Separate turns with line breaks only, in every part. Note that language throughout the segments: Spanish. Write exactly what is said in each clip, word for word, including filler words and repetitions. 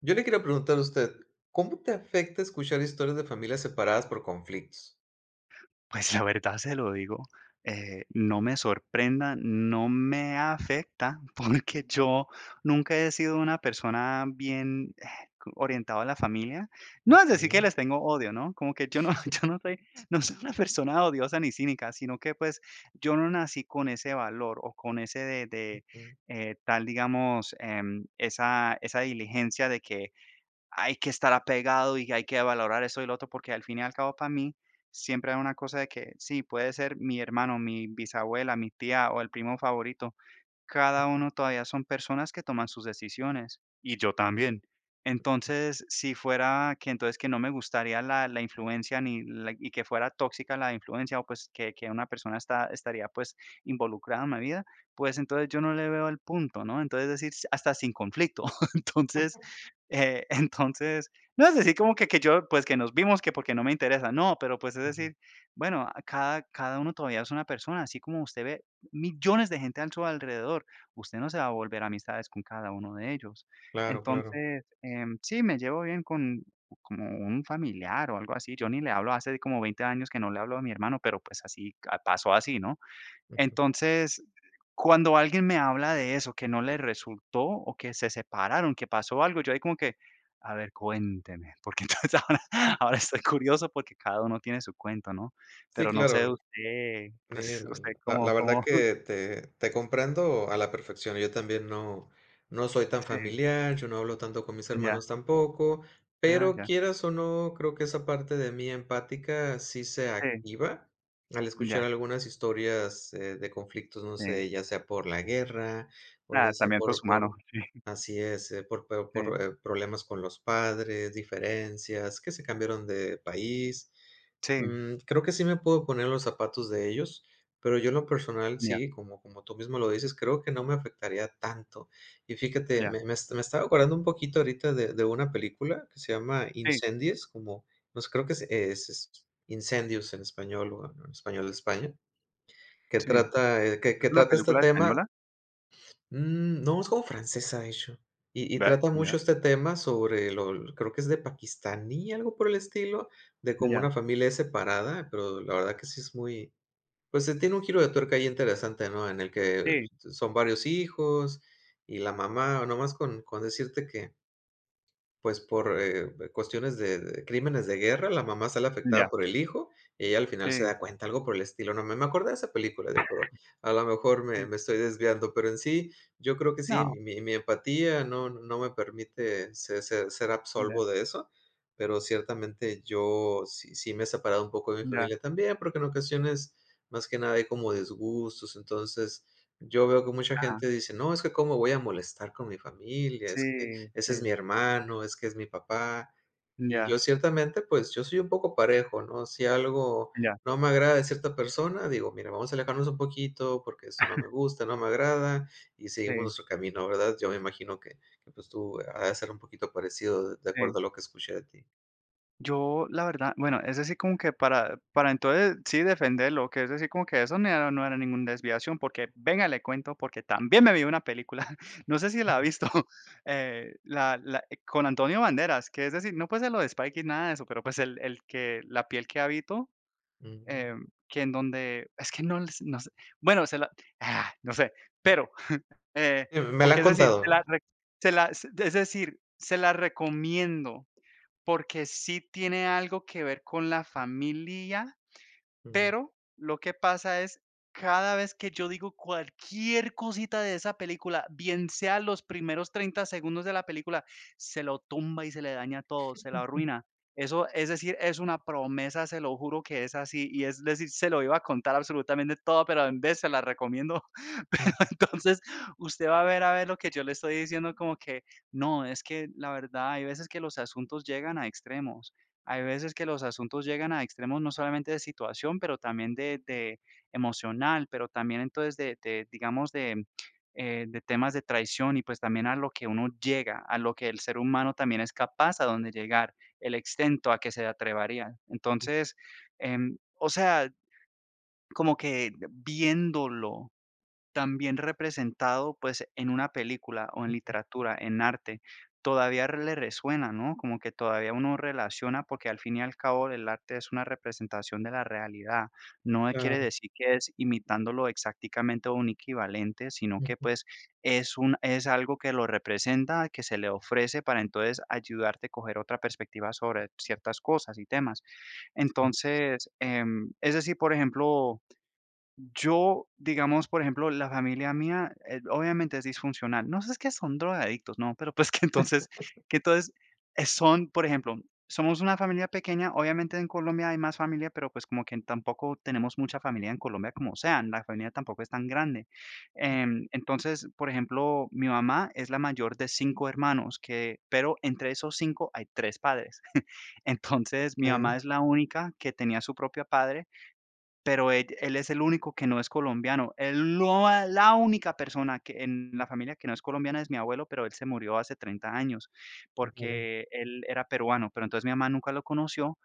Yo le quiero preguntar a usted, ¿cómo te afecta escuchar historias de familias separadas por conflictos?
Pues la verdad se lo digo, eh, no me sorprenda, no me afecta, porque yo nunca he sido una persona bien eh, orientada a la familia. No es decir
Okey,
que les tengo odio, ¿no? Como que yo no, yo no soy, no soy una persona odiosa ni cínica, sino que pues yo no nací con ese valor o con ese de, de,
ujú,
eh, tal, digamos, em, esa, esa diligencia de que hay que estar apegado y hay que valorar eso y lo otro, porque al fin y al cabo para mí siempre hay una cosa de que sí, puede ser mi hermano, mi bisabuela, mi tía o el primo favorito, cada
ujú,
uno todavía son personas que toman sus decisiones y yo también. Entonces, si fuera que entonces que no me gustaría la, la influencia ni la- y que fuera tóxica la influencia o pues que, que una persona está, estaría pues involucrada en mi vida, pues entonces yo no le veo el punto, ¿no? Entonces decir s- hasta sin conflicto. Entonces, eh, entonces, no es decir como que, que yo pues que nos vimos que porque no me interesa, no, pero pues es
ujú.
decir, bueno, a cada, cada uno todavía es una persona, así como usted ve, millones de gente a su alrededor. Usted no se va a volver amistades con cada uno de ellos.
Claro, claro.
Entonces, em, sí, me llevo bien con como un familiar o algo así. Yo ni le hablo, hace como veinte años que no le hablo a mi hermano, pero pues así a- pasó así, ¿no?
Ujú.
Entonces, cuando alguien me habla de eso, que no le resultó o que se separaron, que pasó algo, yo ahí como que, a ver, cuénteme, porque entonces ahora, ahora estoy curioso porque cada uno tiene su cuento, ¿no?
Sí,
Pero no sé
claro.
usted,
Sí,
pues
la,
usted
la-
cómo,
la verdad
cómo,
que te, te comprendo a la perfección. Yo también no, no soy tan familiar, yo no hablo tanto con mis
ya.
hermanos tampoco,
Ah,
pero
ya,
quieras o no, creo que esa parte de mí empática sí se
sí,
activa al escuchar
ya,
algunas historias eh, de conflictos, no
sí.
sé, ya sea por la guerra o ya
Ah,
sea
también todos
por,
humanos
por Así es, eh, por por
sí,
por, eh, problemas con los padres, diferencias, que se cambiaron de país.
sí,
Mm, creo que sí me puedo poner los zapatos de ellos, pero yo en lo personal
ya,
sí, como como tú mismo lo dices, creo que no me afectaría tanto. Y fíjate,
ya,
me me est- me estaba acordando un poquito ahorita de de una película que se llama
sí,
Incendies, como, pues, creo que es es es Incendios en español, o en español de España, que
sí. ¿Es
trata, eh, que que
una
trata este
película
tema.
española?
Mm, no, es como francesa, de hecho. Y, y
Ve,
trata
ya,
mucho este tema sobre lo, creo que es de pakistaní, algo por el estilo, de cómo
ya,
una familia es separada, pero la verdad que sí es muy, pues eh, tiene un giro de tuerca ahí interesante, ¿no? En el que
sí,
son varios hijos y la mamá, nomás con, con decirte que pues, por, eh, cuestiones de de crímenes de guerra, la mamá sale
ya,
afectada por el hijo, y ella al final se
sí,
da cuenta, algo por el estilo, no me me acordé de esa película, digo, pero a lo mejor me
sí.
me estoy desviando, pero en sí, yo creo que sí,
No,
mi mi mi empatía no no me permite se se ser
ya,
absolvo de eso, pero ciertamente yo sí sí me he separado un poco de mi
ya,
familia también, porque en ocasiones, más que nada, hay como disgustos, entonces, yo veo que mucha
ajá,
gente dice: "No, es que cómo voy a molestar con mi familia,
sí,
es que ese es mi
sí,
hermano, es que es mi papá. Y yo
ya,
ciertamente, pues, yo soy un poco parejo, ¿no? Si algo
ya,
no me agrada de cierta persona, digo: "Mira, vamos a alejarnos un poquito porque esto no me gusta, no me agrada", y seguimos
sí,
nuestro camino, ¿verdad? Yo me imagino que que, pues, tú eh, ha de ser un poquito parecido de de
sí.
acuerdo a lo que escuché de ti.
Yo, la verdad, bueno, es decir, como que para, para entonces sí defenderlo, que es decir, como que eso no era, no era ninguna desviación, porque venga, le cuento, porque también me vi una película, no sé si la ha
Ujú.
visto, eh, la, la- eh, con Antonio Banderas, que es decir, no puede ser lo de Spike y nada de eso, pero pues el, el que, la piel que habito, eh,
Mm.
que en donde, es que no, les- no sé, bueno, se la, ah, no sé, pero, eh,
Sí, me la
porque
han
es decir, se
contado.
la, re- se la, es decir, se la recomiendo porque sí tiene algo que ver con la familia,
Mm,
pero lo que pasa es, cada vez que yo digo cualquier cosita de esa película, bien sea los primeros treinta segundos de la película, se lo tumba y se le daña todo, se lo arruina. Eso, es decir, es una promesa, se lo juro que es así. Y es decir, se lo iba a contar absolutamente todo, pero en vez se la recomiendo.
mm,
Entonces, usted va a ver, a ver lo que yo le estoy diciendo, como que no, es que la verdad hay veces que los asuntos llegan a extremos. Hay veces que los asuntos llegan a extremos no solamente de situación, pero también de, de emocional, pero también entonces de, de, digamos, de, eh, de temas de traición y pues también a lo que uno llega, a lo que el ser humano también es capaz a donde llegar, el extento a que se atrevería. Entonces, em, o sea, como que viéndolo también representado, pues, en una película o en literatura, en arte, todavía le resuena, ¿no? Como que todavía uno relaciona, porque al fin y al cabo el arte es una representación de la realidad. No e, quiere
claro.
decir que es imitándolo exactamente o un equivalente, sino que,
Ujú,
pues, es un es algo que lo representa, que se le ofrece para entonces ayudarte a coger otra perspectiva sobre ciertas cosas y temas.
sí.
Entonces, em, es decir, por ejemplo, yo, digamos, por ejemplo, la familia mía, eh, obviamente es disfuncional. No sé es que son drogadictos, no, pero pues que entonces, que entonces eh, son, por ejemplo, somos una familia pequeña, obviamente en Colombia hay más familia, pero pues como que tampoco tenemos mucha familia en Colombia como sean, la familia tampoco es tan grande. Em, entonces, por ejemplo, mi mamá es la mayor de cinco hermanos, que, pero entre esos cinco hay tres padres. Entonces, mi
Ah,
mamá es la única que tenía su propio padre, pero él él es el único que no es colombiano. Él lo la única persona que en la familia que no es colombiana es mi abuelo, pero él se murió hace treinta años,
vale,
porque él era peruano, pero entonces mi mamá nunca lo conoció,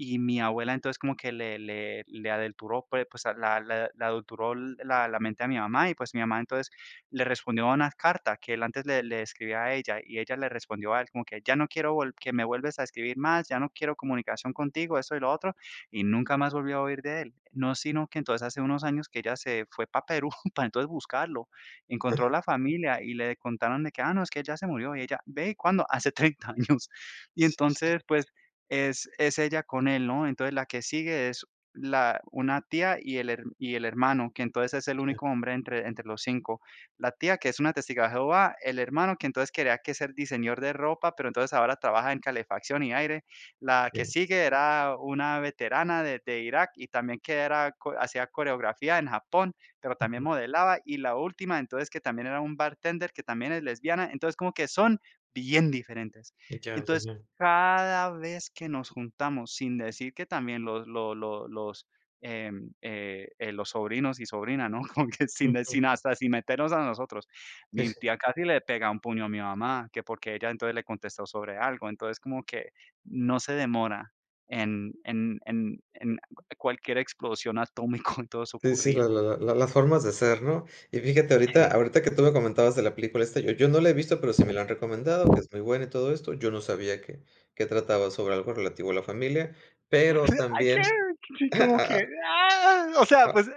y mi abuela entonces como que le le le adulteró, pue pues, a la la le adulteró la la mente a mi mamá, y pues mi mamá entonces le respondió a una carta que él antes le le escribía a ella, y ella le respondió a él como que: "Ya no quiero vol que me vuelves a escribir más, ya no quiero comunicación contigo", eso y lo otro, y nunca más volví a oír de él. No, sino que entonces hace unos años que ella se fue para Perú para entonces buscarlo. Encontró la familia y le contaron de que: "Ah, no, es que él ya se murió", y ella: "Ve, ¿cuándo?". "Hace treinta años". Y entonces, pues, es es ella con él, ¿no? Entonces, la que sigue es la una tía y el her y el hermano, que entonces es el
ya,
único hombre entre entre los cinco. La tía, que es una testigo de Jehová, el hermano, que entonces quería que ser diseñador de ropa, pero entonces ahora trabaja en calefacción y aire. La que
bien.
sigue era una veterana de de Irak y también que era co hacía coreografía en Japón, pero también
Ujú.
modelaba, y la última, entonces, que también era un bartender, que también es lesbiana, entonces, como que son bien diferentes.
Ya, ya,
Entonces,
ya.
cada vez que nos juntamos, sin decir que también los lo lo los, em, eh, eh, los sobrinos y sobrina, ¿no? Como que sin de
Ujú.
sin hasta sin meternos a nosotros.
Sí,
Mi
sí.
tía casi le pega un puño a mi mamá, que porque ella entonces le contestó sobre algo, entonces como que no se demora en en en en cualquier explosión atómica en todo eso
Sí, sí,
ocurrir.
la la la las formas de ser, ¿no? Y fíjate, ahorita
Sí.
ahorita que tú me comentabas de la película esta, yo yo no la he visto, pero sí me la han recomendado, que es muy buena y todo esto. Yo no sabía que que trataba sobre algo relativo a la familia, pero
Hay que
también
sí, como que,
ah
ah, o sea,
ah,
pues,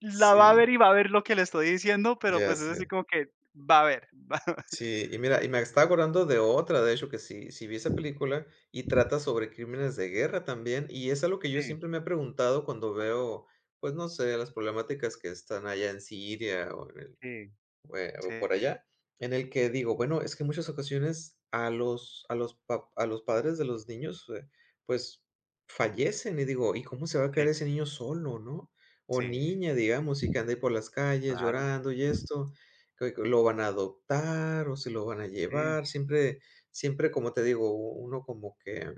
la va a
sí,
ver y va a ver lo que le estoy diciendo, pero,
ya
pues, es así
sé.
como que va a ver, va a ver.
Sí, y mira, y me estaba acordando de otra, de hecho, que sí sí vi esa película y trata sobre crímenes de guerra también, y es algo que
Sí,
yo siempre me he preguntado cuando veo, pues, no sé, las problemáticas que están allá en Siria o en
sí,
Bue por
sí,
allá, en el que digo, bueno, es que en muchas ocasiones a los a los pa a los padres de los niños, eh, pues, fallecen, y digo, ¿y cómo se va a quedar
sí,
ese niño solo, no? O
sí,
niña, digamos, y que ande por las calles
claro,
llorando y esto, que que lo van a adoptar o se lo van a
sí,
llevar, siempre siempre, como te digo, uno como que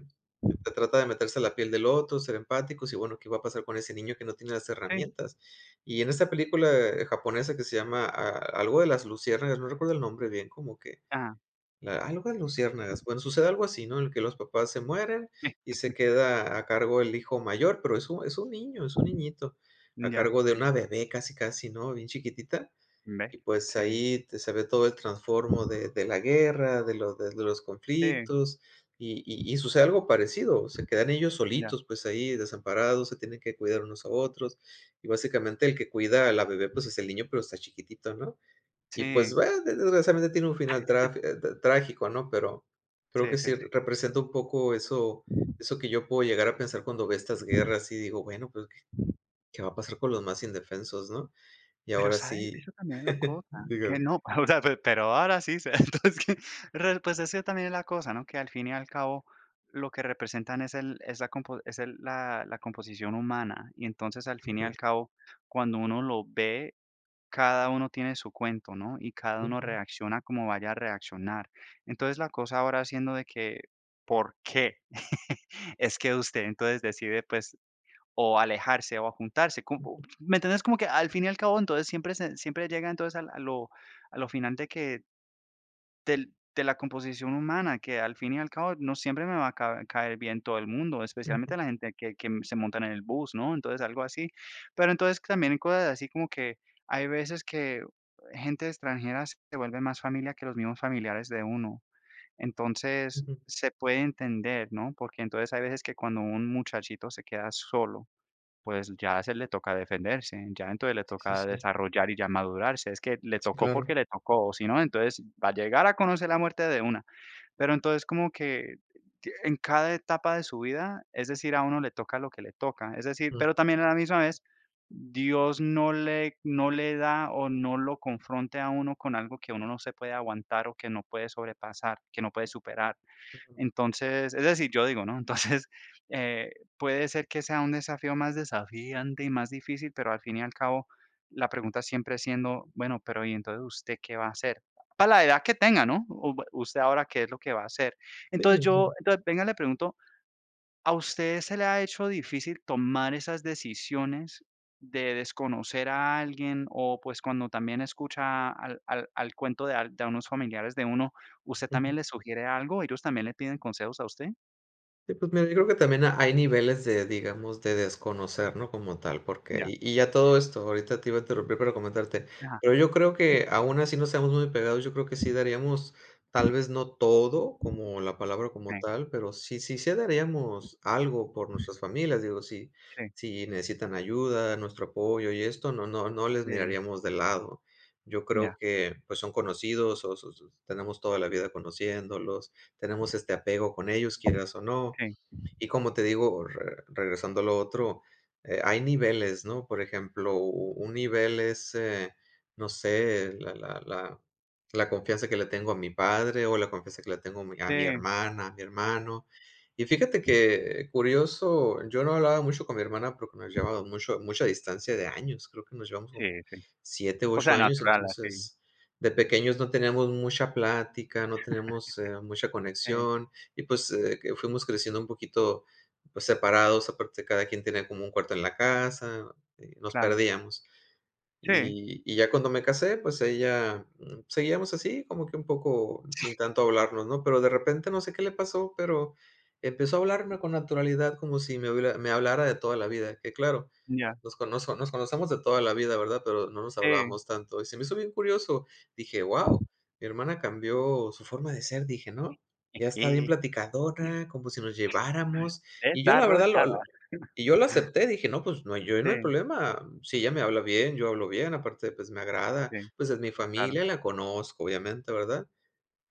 te trata de meterse a la piel del otro, ser empáticos, y bueno, ¿qué va a pasar con ese niño que no tiene las
sí,
herramientas? Y en esta película japonesa que se llama a algo de las luciérnagas, no recuerdo el nombre bien, como que
ah
la algo de luciérnagas. Bueno, sucede algo así, ¿no? En el que los papás se mueren
sí,
y se queda a cargo el hijo mayor, pero es un es un niño, es un niñito, a
ya,
cargo de
sí.
una bebé casi, casi, ¿no? Bien chiquitita.
Ve,
Y pues
sí,
ahí te se ve todo el transformo de de la guerra, de los de de los
sí,
conflictos, y y y sucede algo parecido, se quedan ellos
ya.
solitos, pues, ahí desamparados, se tienen que cuidar unos a otros, y básicamente el que cuida a la bebé, pues, es el niño, pero está chiquitito, ¿no? Y pues,
Sí,
bueno, de desgraciadamente tiene un final traf eh, t trágico, ¿no? Pero creo
sí,
que
sí,
sí
sí.
representa un poco eso eso que yo puedo llegar a pensar cuando ve estas guerras y digo: "Bueno, pues, ¿qué qué va a pasar con los más indefensos, no?". Y
Pero,
ahora
¿sabes?
sí,
Eso también es la cosa, que
digan.
no, o sea, pe pero ahora sí, se entonces que re pues eso también es la cosa, ¿no? Que al fin y al cabo lo que representan es el es la compo es el la la composición humana, y entonces al fin y al cabo, cuando uno lo ve, cada uno tiene su cuento, ¿no? Y cada uno
Ujú,
reacciona como vaya a reaccionar. Entonces la cosa ahora siendo de que, ¿por qué? Es que usted entonces decide, pues, o alejarse o a juntarse, como ¿me entiendes? Como que al fin y al cabo, entonces siempre se siempre llega entonces al a lo, a lo final de que del de la composición humana, que al fin y al cabo no siempre me va a ca caer bien todo el mundo,
ujú,
especialmente la gente que que se montan en el bus, ¿no? Entonces algo así. Pero entonces también cosas así como que hay veces que gente extranjera se vuelve más familia que los mismos familiares de uno. Entonces
ujú.
se puede entender, ¿no? Porque entonces hay veces que cuando un muchachito se queda solo pues ya se le toca defenderse, ya entonces le
Sí, sí,
toca
sí.
desarrollar y ya madurarse. Es que le
Sí,
tocó porque
claro.
le tocó, o si no, entonces va a llegar a conocer la muerte de una. Pero entonces como que que en cada etapa de su vida, es decir, a uno le toca lo que le toca. Es decir,
Mm.
pero también a la misma vez, Dios no le no le da o no lo confronte a uno con algo que uno no se puede aguantar o que no puede sobrepasar, que no puede superar.
Claro.
Entonces, es decir, yo digo, ¿no? Entonces, eh, puede ser que sea un desafío más desafiante y más difícil, pero al fin y al cabo, la pregunta siempre siendo, bueno, pero ¿y entonces usted qué va a hacer? Para la edad que tenga, ¿no? U- Usted ahora qué es lo que va a hacer. Entonces
Sí, sí.
yo, entonces venga, le pregunto, ¿a usted se le ha hecho difícil tomar esas decisiones de desconocer a alguien o pues cuando también escucha al al al cuento de al de unos familiares de uno, usted
Ujú.
también le sugiere algo? ¿Ellos también le piden consejos a usted?
Sí, pues mira, yo creo que también ha hay niveles de, digamos, de desconocer, ¿no? Como tal, porque
Ya,
y y ya todo esto, ahorita te iba a interrumpir para comentarte,
ajá,
pero yo creo
sí,
que aún así no seamos muy pegados, yo creo que sí daríamos, tal vez no todo, como la palabra
sí,
como tal, pero sí sí sí daríamos algo por nuestras familias, digo, si
sí,
si necesitan ayuda, nuestro apoyo y esto, no no no les
sí,
miraríamos de lado. Yo creo
ya,
que, pues, son conocidos, o so so tenemos toda la vida conociéndolos, tenemos este apego con ellos, quieras o no,
sí,
y como te digo, re regresando a lo otro, eh, hay niveles, ¿no? Por ejemplo, u un nivel es, eh, no sé, la la la la confianza que le tengo a mi padre o la confianza que le tengo a mi a mi
sí,
hermana, a mi hermano. Y fíjate que curioso, yo no hablaba mucho con mi hermana porque nos llevábamos mucho mucha distancia de años, creo que nos llevamos
sí,
como
sí.
siete, u
O
ocho
sea,
años,
natural, así,
entonces, de pequeños no teníamos mucha plática, no teníamos, eh, mucha
sí,
conexión. Y pues, eh, que fuimos creciendo un poquito, pues, separados, aparte cada quien tenía como un cuarto en la casa, eh, nos
claro,
perdíamos.
sí,
Y y ya cuando me casé, pues ella, mm, seguíamos así, como que un poco sin tanto hablarnos, ¿no? Pero de repente no sé qué le pasó, pero empezó a hablarme con naturalidad como si me hubiera me hablara de toda la vida, que claro,
ya,
nos conozco nos nos conocemos de toda la vida, ¿verdad? Pero no nos
sí,
hablábamos tanto, y se me hizo bien curioso. Dije: wow mi hermana cambió su forma de ser", dije, ¿no? Ya está bien platicadora, como si nos lleváramos, y yo la verdad lo
desarrollada,
lo y yo lo acepté, dije: "No, pues, no, hay- yo no hay
sí,
problema, si ella me habla bien, yo hablo bien, aparte, pues, me agrada,
sí,
pues, es mi
claro,
familia, la conozco, obviamente", ¿verdad?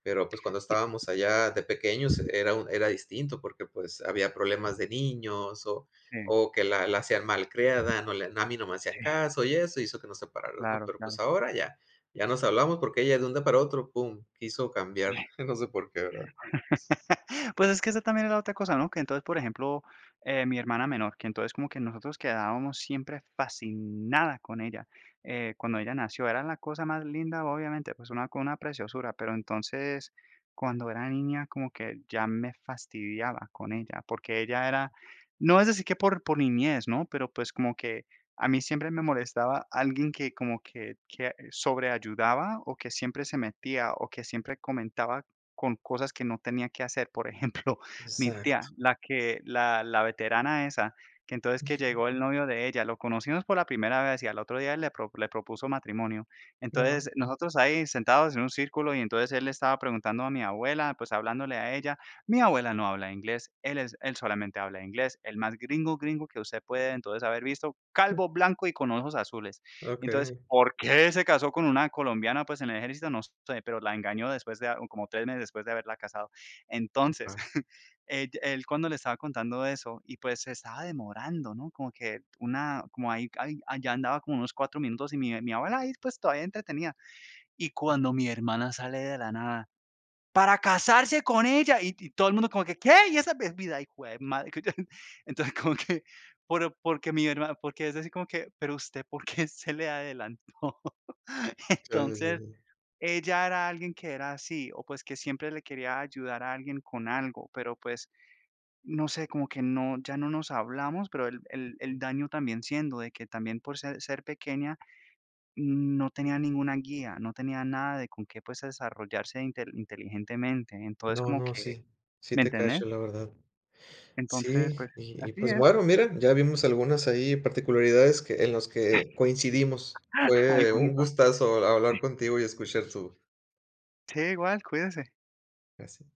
Pero, pues, cuando
sí,
estábamos allá de pequeños era un era distinto, porque, pues, había problemas de niños o
sí,
o que la la hacían malcriada, no le a mí no me hacían
sí,
caso y eso hizo que nos separáramos, ¿no?
claro,
Pero,
claro.
pues, ahora ya, ya nos hablamos porque ella de un día para otro, pum, quiso cambiar, no sé por qué, ¿verdad?
Pues es que esa también es la otra cosa, ¿no? Que entonces, por ejemplo, eh, mi hermana menor, que entonces como que nosotros quedábamos siempre fascinada con ella. Eh, cuando ella nació era la cosa más linda, obviamente, pues una, una preciosura, pero entonces cuando era niña como que ya me fastidiaba con ella, porque ella era, no es decir que por, por niñez, ¿no? Pero pues como que a mí siempre me molestaba alguien que como que, que sobreayudaba o que siempre se metía o que siempre comentaba con cosas que no tenía que hacer. Por ejemplo, mi
Exacto.
tía, la que la la veterana esa, que entonces que llegó el novio de ella, lo conocimos por la primera vez y al otro día le pro le propuso matrimonio.
wow
Entonces, nosotros ahí sentados en un círculo y entonces él le estaba preguntando a mi abuela, pues, hablándole a ella. Mi abuela no habla inglés, él es él solamente habla inglés, el más gringo, gringo que usted puede entonces haber visto, calvo, blanco y con ojos azules. Entonces,
Okey,
¿por qué se casó con una colombiana? Pues, en el ejército no sé, pero la engañó después de a como tres meses después de haberla casado. Entonces,
Ah,
ell él cuando le estaba contando eso y, pues, se estaba demorando, ¿no? Como que una como ahí ahí allá andaba como unos cuatro minutos y mi mi abuela ahí, pues, todavía entretenía. Y cuando mi hermana sale de la nada para casarse con ella, y y todo el mundo como que, ¿qué? Y esa es vida, hijo de madre. Entonces, como que, por porque mi hermana porque es así como que, pero usted, ¿por qué se le adelantó?
ya, ya, ya,
Entonces,
ya.
ella era alguien que era así, o pues que siempre le quería ayudar a alguien con algo, pero pues, no sé, como que no, ya no nos hablamos, pero el el el daño también siendo de que también por ser ser pequeña no tenía ninguna guía, no tenía nada de con qué, pues, desarrollarse intel inteligentemente. Entonces,
No,
como
no,
que
sí, sí
¿me
te
entendés?
cacho, la verdad.
Entonces,
Sí,
pues,
y y
así
pues
es.
bueno, mira, ya vimos algunas ahí particularidades que en los que coincidimos. Fue un
Algunitos.
gustazo hablar contigo y escuchar tu
Sí, igual, cuídese.
así.